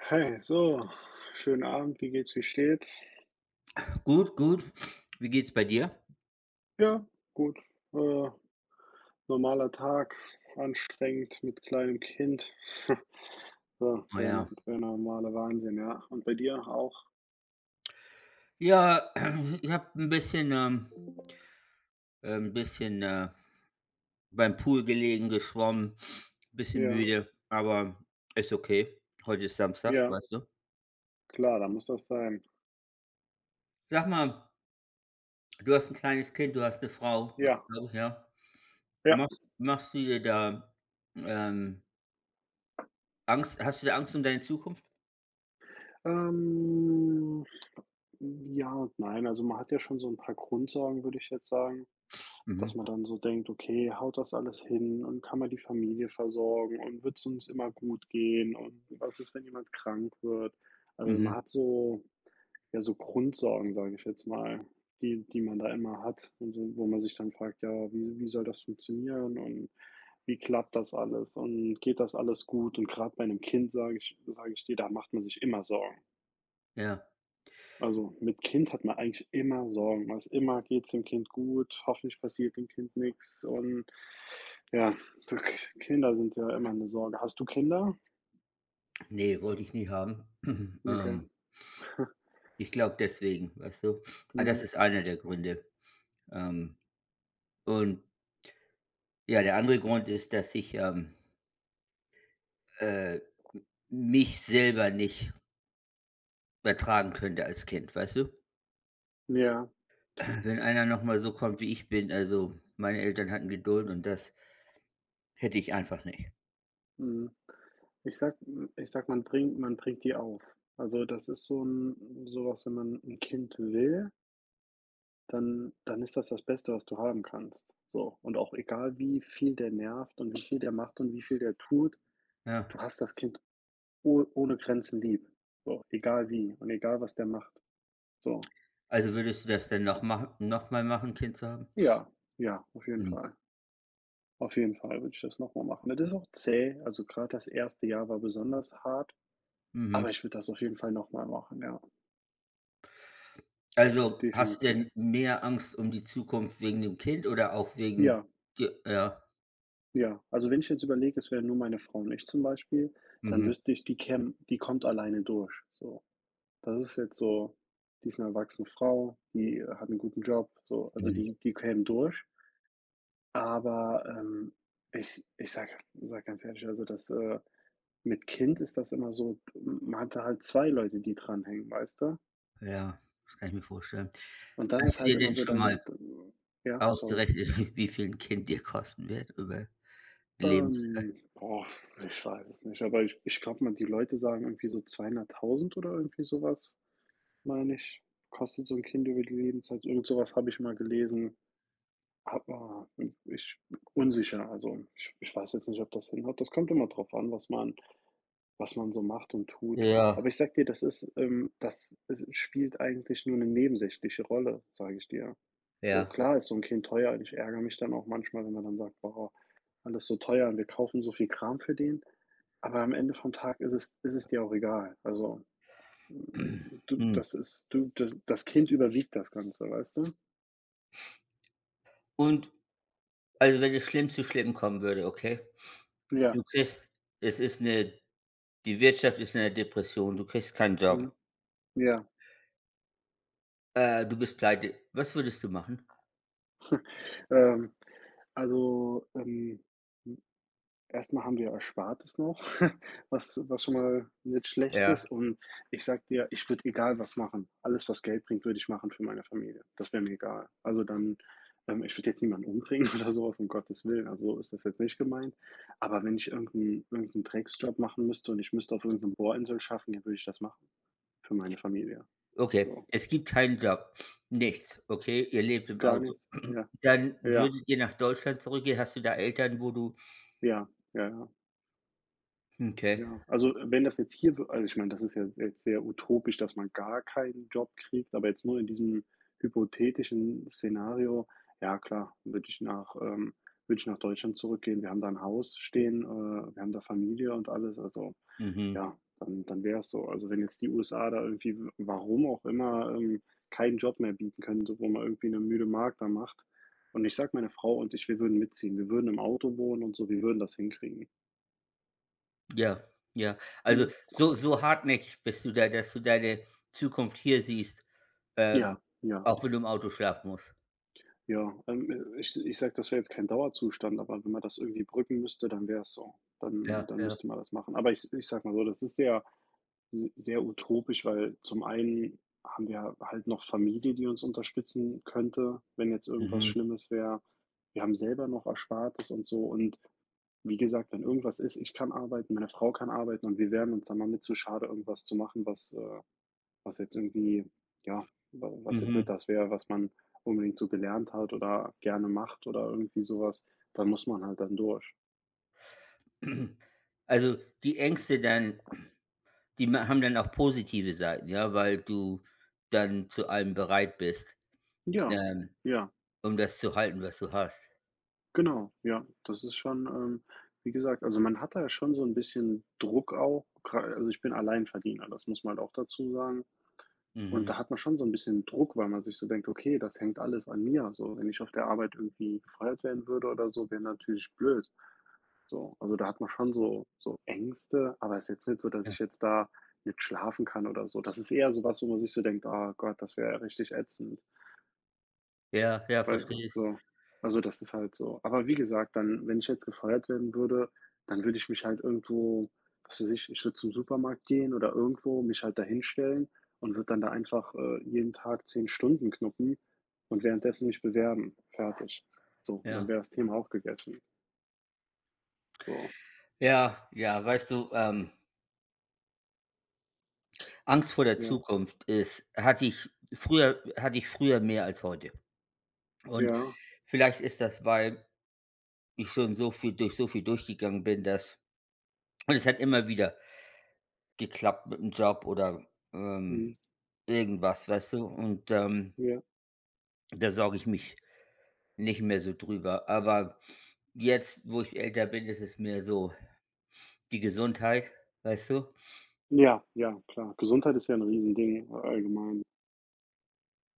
Hey, so, schönen Abend, wie geht's, wie steht's? Gut, gut. Wie geht's bei dir? Ja, gut, äh, normaler Tag, anstrengend mit kleinem Kind. So, Ah ja. Der normale Wahnsinn, ja. Und bei dir auch? Ja, ich habe ein bisschen, äh, 'n bisschen, äh, beim Pool gelegen, geschwommen, bisschen Ja, müde, aber ist okay. Heute ist Samstag, ja, weißt du? klar, da muss das sein. Sag mal, du hast ein kleines Kind, du hast eine Frau, glaube Ja, ich, ja? ja. Machst du dir da, ähm, Angst hast du da Angst um deine Zukunft? Ähm, ja und nein, also man hat ja schon so ein paar Grundsorgen, würde ich jetzt sagen. Dass Mhm, man dann so denkt: „Okay, haut das alles hin und kann man die Familie versorgen und wird es uns immer gut gehen und was ist, wenn jemand krank wird?“ Also, mhm, man hat so ja, so Grundsorgen, sage ich jetzt mal, die man da immer hat und so wo man sich dann fragt: „Ja, wie soll das funktionieren und wie klappt das alles und geht das alles gut?“ Und gerade bei 'nem Kind sage ich dir, da macht man sich immer Sorgen. ja. Also, mit Kind hat man eigentlich immer Sorgen. Man ist immer: geht es dem Kind gut? Hoffentlich passiert dem Kind nichts und ja, Kinder sind ja immer eine Sorge. Hast du Kinder? Ne, wollte ich nie haben. Okay. Ähm, Ich glaube deswegen, weißt du? Ah, Mhm. das ist einer der Gründe. Ähm Und ja, der andere Grund ist, dass ich, äh, mich selber nicht ertragen könnte als Kind, weißt du? Ja, Wenn einer noch mal so kommt, wie ich bin, also, meine Eltern hatten Geduld und das hätte ich einfach nicht, mhm. Ich sag, ich sag, man bringt die auf. Also, das ist so ein sowas, wenn man ein Kind will, dann ist das das Beste, was du haben kannst. So, und auch egal, wie viel der nervt und wie viel der macht und wie viel der tut, ja. du hast das Kind oh ohne Grenzen lieb. So, egal wie und egal, was der macht. So. Also, würdest du das denn noch machen, Kind zu haben? Ja, ja, auf jeden Mhm, Fall. Auf jeden Fall würde ich das noch mal machen. Das ist auch zäh, also gerade das erste Jahr war besonders hart, aber mhm. ich würde das auf jeden Fall noch mal machen, ja, Also, hast du definitiv. denn mehr Angst um die Zukunft wegen dem Kind oder auch wegen Ja, dir, ja, ja. Also, wenn ich jetzt überlege, es wäre nur meine Frau und ich zum Beispiel, dann mhm, wüsste ich, die kommt alleine durch, so. Das ist jetzt so, die ist 'ne erwachsene Frau, die hat einen guten Job, so. Also, mhm, die käme durch, aber, ich sage ganz ehrlich, also, mit Kind ist das immer so, man hat da halt 2 Leute, die dranhängen, weißt du? ja, das kann ich mir vorstellen. Und das ist Hast du halt dir immer denn so schon mal dann ja, sorry. ausgerechnet, wie viel 'n Kind dir kosten wird über die Lebenszeit. Boah, ich weiß es nicht, aber ich glaube mal, die Leute sagen irgendwie so 200.000 oder irgendwie sowas meine ich, kostet so ein Kind über die Lebenszeit. Irgend sowas habe ich mal gelesen. Aber ich unsicher, also ich weiß jetzt nicht, ob das hinhaut. Das kommt immer drauf an, was man so macht und tut. Aber Ja, ich sag dir, das ist, das es spielt eigentlich nur eine nebensächliche Rolle, sage ich dir. So, ja. klar ist so 'n Kind teuer und ich ärgere mich dann auch manchmal, wenn man dann sagt: „Boah, alles so teuer und wir kaufen so viel Kram für den.“ Aber am Ende vom Tag ist es dir auch egal. Also, hm, du Hm. das ist du das das Kind überwiegt das Ganze, weißt du? Und also, wenn es schlimm kommen würde, okay? Ja, Du kriegst, es ist 'ne, die Wirtschaft ist in 'ner Depression, du kriegst keinen mhm, Job. ja. Du bist pleite. Was würdest du machen? Ähm, also, erstmal haben wir Erspartes noch, was schon mal nicht schlecht ist Ja, und ich sag dir, ich würde egal was machen. Alles, was Geld bringt, würde ich machen für meine Familie. Das wäre mir egal. Also dann ich würde jetzt niemanden umbringen oder so was, um Gottes Willen, also so ist das jetzt nicht gemeint. Aber wenn ich irgendeinen Drecksjob machen müsste und ich müsste auf irgendeiner 'nem Bohrinsel schaffen, dann würde ich das machen für meine Familie. okay. So, Es gibt keinen Job, nichts, okay? Ihr lebt im gar Auto. nicht, ja, Dann ja, würdet ihr nach Deutschland zurückgehen? Hast du da Eltern, wo du, ja, ja, ja. okay, Ja, also, wenn das jetzt hier w also, ich meine, das ist ja jetzt sehr utopisch, dass man gar keinen Job kriegt, aber jetzt nur in diesem hypothetischen Szenario, ja klar, würde ich nach Deutschland zurückgehen. Wir haben da ein Haus stehen, wir haben da Familie und alles, also, mhm. ja, dann wäre es so. Also, wenn jetzt die USA da irgendwie, w warum auch immer, keinen Job mehr bieten können, so wo man irgendwie eine müde Magd da macht. Und ich sag, meine Frau und ich, wir würden mitziehen. Wir würden im Auto wohnen und so, wir würden das hinkriegen. Ja, ja. Also, Mhm. so so hartnäckig bist du da, dass du deine Zukunft hier siehst, ähm, Ja, ja. auch wenn du im Auto schlafen musst. Ja, ich sage, das wäre jetzt kein Dauerzustand, aber wenn man das irgendwie brücken müsste, dann wäre es so. Dann Ja, dann ja. müsste man das machen. Aber ich sag mal so, das ist sehr, se sehr utopisch, weil zum einen haben wir halt noch Familie, die uns unterstützen könnte, wenn jetzt irgendwas Mhm, Schlimmes wäre. Wir haben selber noch Erspartes und so, und wie gesagt, wenn irgendwas ist, ich kann arbeiten, meine Frau kann arbeiten und wir wären uns dann mal mit zu schade, irgendwas zu machen, was, was jetzt irgendwie, ja, was jetzt nicht mhm. das wäre, was man unbedingt so gelernt hat oder gerne macht oder irgendwie sowas, dann muss man halt dann durch. Also, die Ängste dann, die ma haben dann auch positive Seiten, ja, weil du dann zu allem bereit bist, Ja, ähm, ja, um das zu halten, was du hast. genau, ja. Das ist schon, wie gesagt, also man hat da ja schon so ein bisschen Druck auch, gra also ich bin Alleinverdiener, das muss man halt auch dazu sagen. Und Mhm, da hat man schon so ein bisschen Druck, weil man sich so denkt: „Okay, das hängt alles an mir.“ So, wenn ich auf der Arbeit irgendwie gefeuert werden würde oder so, wäre natürlich blöd. So, also da hat man schon so so Ängste, aber es ist jetzt nicht so, dass ja. ich jetzt da nicht schlafen kann oder so. Das ist eher so was, wo man sich so denkt: „Ah Gott, das wäre ja richtig ätzend.“ Ja, ja, Weil verstehe ich. so, also das ist halt so. Aber wie gesagt, dann wenn ich jetzt gefeuert werden würde, dann würde ich mich halt irgendwo, was weiß ich, ich würde zum Supermarkt gehen oder irgendwo mich halt da hinstellen und würde dann da einfach, jeden Tag 10 Stunden knuppen und währenddessen mich bewerben. Fertig. So, und dann Ja. wäre das Thema auch gegessen. So, Ja, ja, weißt du, Angst vor der ja, Zukunft ist, hatte ich, früher mehr als heute. Und ja, vielleicht ist das, weil ich schon so viel durchgegangen bin, dass und es hat immer wieder geklappt mit 'm Job oder, ähm, mhm, irgendwas, weißt du? Und, ja. da sorge ich mich nicht mehr so drüber. Aber jetzt, wo ich älter bin, ist es mehr so die Gesundheit, weißt du? Ja, ja, klar. Gesundheit ist ja 'n Riesending allgemein.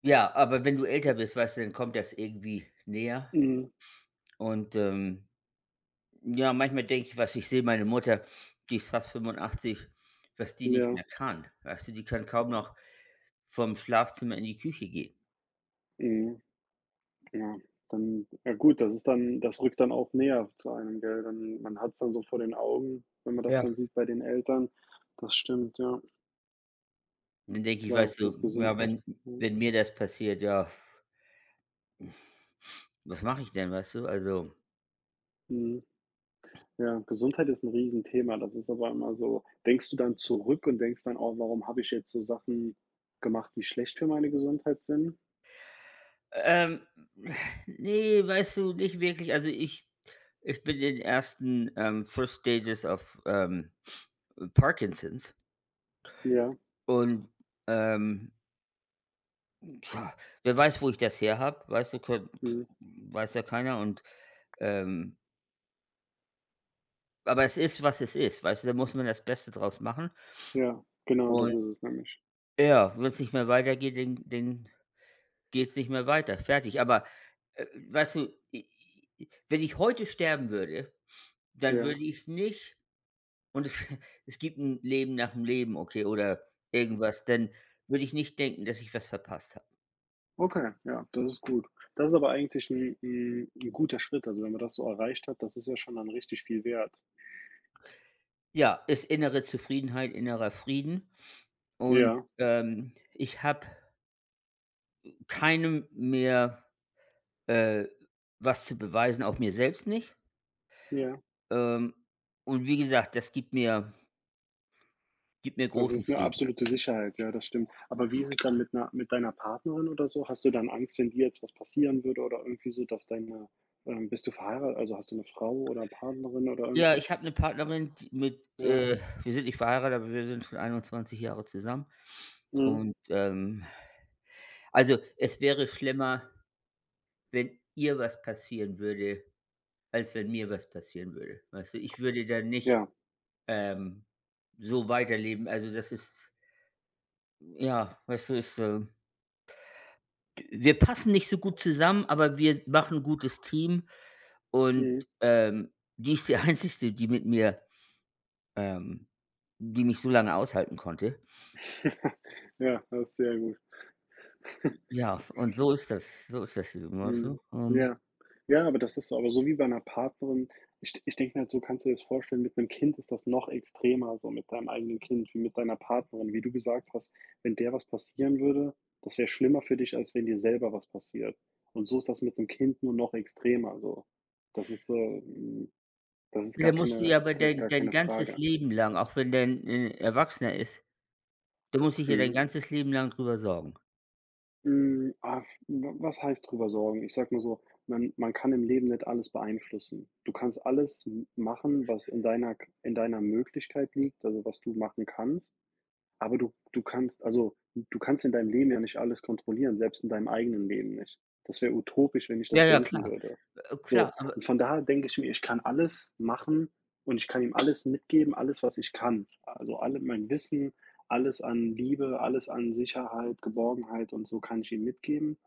Ja, aber wenn du älter bist, weißt du, dann kommt das irgendwie näher. Mhm. Und, ja, manchmal denke ich, was, ich sehe meine Mutter, die ist fast 85, was die nicht Ja, mehr kann. Weißt du, die kann kaum noch vom Schlafzimmer in die Küche gehe. mhm, ja. Dann ja gut, das ist dann, das rückt dann auch näher zu einem, gell? Dann man hat es dann so vor den Augen, wenn man das Ja. dann sieht bei den Eltern. Das stimmt, ja. Und dann denke ich, Klar, weißt das du, ja, Gesundheit. Mhm, wenn mir das passiert, ja, was mache ich denn, weißt du? Also, mhm. Ja, Gesundheit ist 'n Riesenthema. Das ist aber immer so, denkst du dann zurück und denkst dann auch: „Warum habe ich jetzt so Sachen gemacht, die schlecht für meine Gesundheit sind?“ ähm, ne, weißt du, nicht wirklich. Also, ich bin in den ersten, First Stages of, Parkinsons Ja, und, ähm, tja, wer weiß, wo ich das her habe, weißt du, könnt mhm. weiß ja keiner und, ähm aber es ist, was es ist, weißt du, da muss man das Beste draus machen Ja, genau, das und ist es nämlich. ja, wenn's nicht mehr weitergeht, dann geht es nicht mehr weiter, fertig. Aber, äh, weißt du, i i wenn ich heute sterben würde, dann Ja. würde ich nicht und es es gibt ein Leben nach dem Leben, okay, oder irgendwas, dann würde ich nicht denken, dass ich was verpasst habe. Okay, ja, das ist gut. Das ist aber eigentlich ein 'n 'n guter Schritt. Also, wenn man das so erreicht hat, das ist ja schon dann richtig viel wert. Ja, ist innere Zufriedenheit, innerer Frieden und, Ja, ich habe keinem mehr, äh, was zu beweisen, auch mir selbst nicht. ja. Ähm, und wie gesagt, das gibt mir, gibt mir Das großen ist eine Frieden. absolute Sicherheit. Ja, das stimmt. Aber wie ist es dann mit 'ner mit deiner Partnerin oder so? Hast du dann Angst, wenn dir jetzt was passieren würde oder irgendwie so, dass deine bist du verheiratet? Also, hast du eine Frau oder eine Partnerin oder Ja, irgendwas? ich habe 'ne Partnerin, die mit Ja. Wir sind nicht verheiratet, aber wir sind schon 21 Jahre zusammen. Mhm. Und, also, es wäre schlimmer, wenn ihr was passieren würde, als wenn mir was passieren würde. Weißt du, ich würde dann nicht, Ja. ähm, so weiterleben. Also, das ist ja, weißt du, wir passen nicht so gut zusammen, aber wir machen 'n gutes Team. Und, Mhm. Die ist die Einzige, die mit mir, ähm, die mich so lange aushalten konnte. Ja, das ist sehr gut. Ja, und so ist das eben, weißt Mhm. du? Ja. Ja, aber das ist so. Aber so wie bei 'ner Partnerin. Ich denke mir halt so, kannst du dir das vorstellen, mit 'nem Kind ist das noch extremer, so mit deinem eigenen Kind, wie mit deiner Partnerin. Wie du gesagt hast, wenn der was passieren würde, das wäre schlimmer für dich, als wenn dir selber was passiert. Und so ist das mit 'nem Kind nur noch extremer so. Das ist, äh, hm das ist gar Der musst du keine ja aber gar dein gar keine ganzes Frage. Leben lang, auch wenn der 'n Erwachsener ist, du musst dich ja dein Mhm. ganzes Leben lang drüber sorgen. Hm, ah, w Was heißt drüber sorgen? Ich sage mal so, man kann im Leben nicht alles beeinflussen. Du kannst alles m machen, was in deiner Möglichkeit liegt, also was du machen kannst. Aber du kannst in deinem Leben ja nicht alles kontrollieren, selbst in deinem eigenen Leben nicht. Das wäre utopisch, wenn ich Ja, das ja, denken klar, würde. So, klar, aber und von daher denke ich mir, ich kann alles machen und ich kann ihm alles mitgeben, alles, was ich kann. Also, alle mein Wissen, alles an Liebe, alles an Sicherheit, Geborgenheit und so kann ich ihm mitgeben,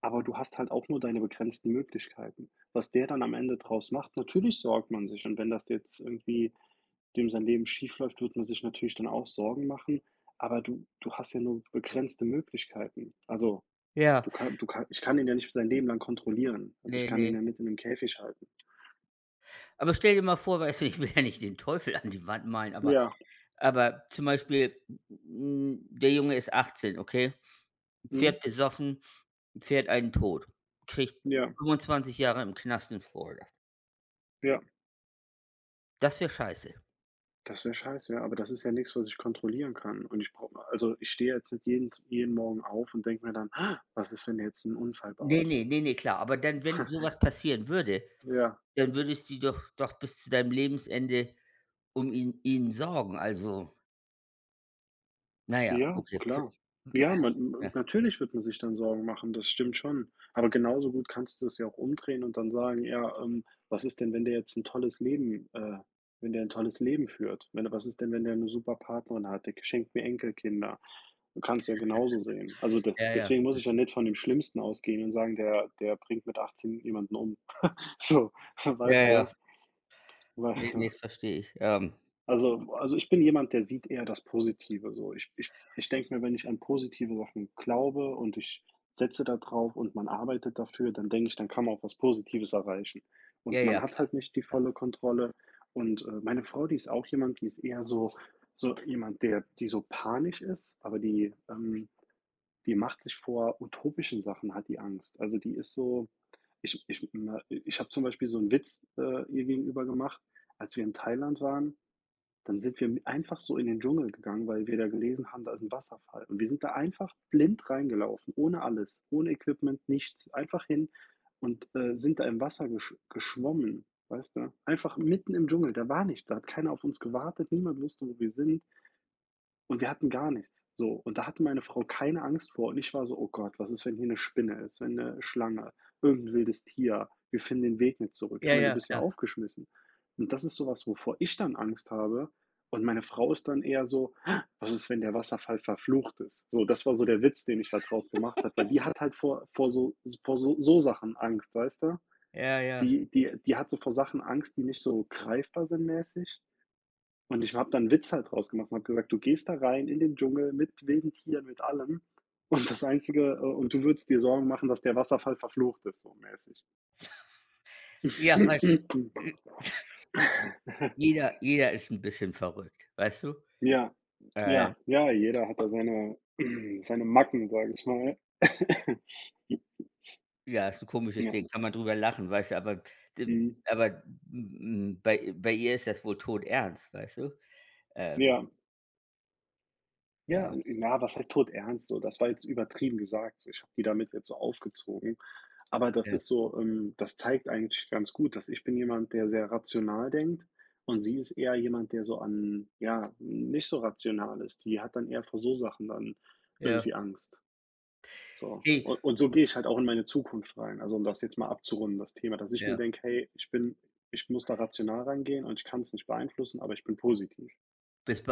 aber du hast halt auch nur deine begrenzten Möglichkeiten. Was der dann am Ende draus macht, natürlich sorgt man sich, und wenn das jetzt irgendwie dem sein Leben schief läuft, wird man sich natürlich dann auch Sorgen machen, aber du hast ja nur begrenzte Möglichkeiten. Also, ja, du kann ich kann ihn ja nicht sein Leben lang kontrollieren. Also, ich ne, kann ihn ne. ja nicht in einem Käfig halten. Aber stell dir mal vor, weißt du, ich will ja nicht den Teufel an die Wand malen, aber Ja, zum Beispiel, der Junge ist 18, okay, mhm, fährt besoffen, fährt einen tot, kriegt ja, 25 Jahre im Knast in Florida. ja. Das wäre scheiße. Das wäre scheiße, ja, aber das ist ja nichts, was ich kontrollieren kann, und ich brauche, also, ich stehe jetzt nicht jeden Morgen auf und denke mir dann: „Ah, was ist, wenn der jetzt einen Unfall Ne, baut?“ ne, ne, ne, klar. Aber dann, wenn sowas passieren würde, Ja. dann würdest du doch bis zu deinem Lebensende um ihn sorgen. Also, na ja, Ja, okay. V klar. Ja, man m ja, natürlich wird man sich dann Sorgen machen, das stimmt schon. Aber genauso gut kannst du es ja auch umdrehen und dann sagen: „Ja, was ist denn, wenn der jetzt ein tolles Leben wenn der ein tolles Leben führt? Wenn was ist denn, wenn der eine super Partnerin hat, der schenkt mir Enkelkinder?“ Du kannst ja genauso sehen. Also, ja, ja, deswegen muss ich ja nicht von dem Schlimmsten ausgehen und sagen, der bringt mit 18 jemanden um. So, ja, weißt ja. du? Weil Ne, ne, das verstehe ich. Also, ich bin jemand, der sieht eher das Positive so. Ich denke mir, wenn ich an positive Sachen glaube und ich setze da drauf und man arbeitet dafür, dann denke ich, dann kann man auch was Positives erreichen. Ja, Und man ja, hat klar, halt nicht die klar. volle Kontrolle. Und meine Frau, die ist auch jemand, die ist eher so so jemand, der die so panisch ist, aber die die macht sich vor utopischen Sachen hat die Angst. Also, die ist so ich ich ich habe zum Beispiel so einen Witz, ihr gegenüber gemacht, als wir in Thailand waren, dann sind wir einfach so in den Dschungel gegangen, weil wir da gelesen haben, da ist ein Wasserfall. Und wir sind da einfach blind reingelaufen, ohne alles, ohne Equipment, nichts. Einfach hin und, sind da im Wasser geschwommen, weißt du? Einfach mitten im Dschungel, da war nichts, da hat keiner auf uns gewartet, niemand wusste, wo wir sind. Und wir hatten gar nichts, so. Und da hatte meine Frau keine Angst vor und ich war so: „Oh Gott, was ist, wenn hier eine Spinne ist, wenn eine Schlange, irgendein wildes Tier, wir finden den Weg nicht zurück.“ Ich Ja, meine, du ja, bist ja klar. aufgeschmissen. Und das ist sowas, wovor ich dann Angst habe, und meine Frau ist dann eher so: „Ah, was ist, wenn der Wasserfall verflucht ist?“ So, das war so der Witz, den ich da draus gemacht habe, weil die hat halt vor so Sachen Angst, weißt du? Ja, ja. Die hat so vor Sachen Angst, die nicht so greifbar sind mäßig. Und ich habe da 'n Witz halt draus gemacht und habe gesagt: „Du gehst da rein in den Dschungel mit wilden Tieren, mit allem, und das Einzige und du würdest dir Sorgen machen, dass der Wasserfall verflucht ist“, so mäßig. Ja, weißt du, j jeder jeder ist ein bisschen verrückt, weißt du? Ja, Äh, ja, ja, jeder hat da seine seine Macken, sage ich mal. ja, ist ein komisches Ja, Ding, kann man drüber lachen, weißt du, d mhm, aber, bei ihr ist das wohl tot ernst, weißt du? Ähm ja. Ja, Ja, na, was heißt todernst so? Das war jetzt übertrieben gesagt. So, ich habe die damit jetzt so aufgezogen. Aber das ja, ist so, das zeigt eigentlich ganz gut, dass ich bin jemand, der sehr rational denkt, und sie ist eher jemand, der so an ja, nicht so rational ist. Die hat dann eher vor so Sachen dann ja. irgendwie Angst. So. Hey, Un Und so gehe ich halt auch in meine Zukunft rein. Also, um das jetzt mal abzurunden, das Thema, dass ich mir ja, denke: „Hey, ich muss da rational rangehen und ich kann es nicht beeinflussen, aber ich bin positiv.“ bis bald.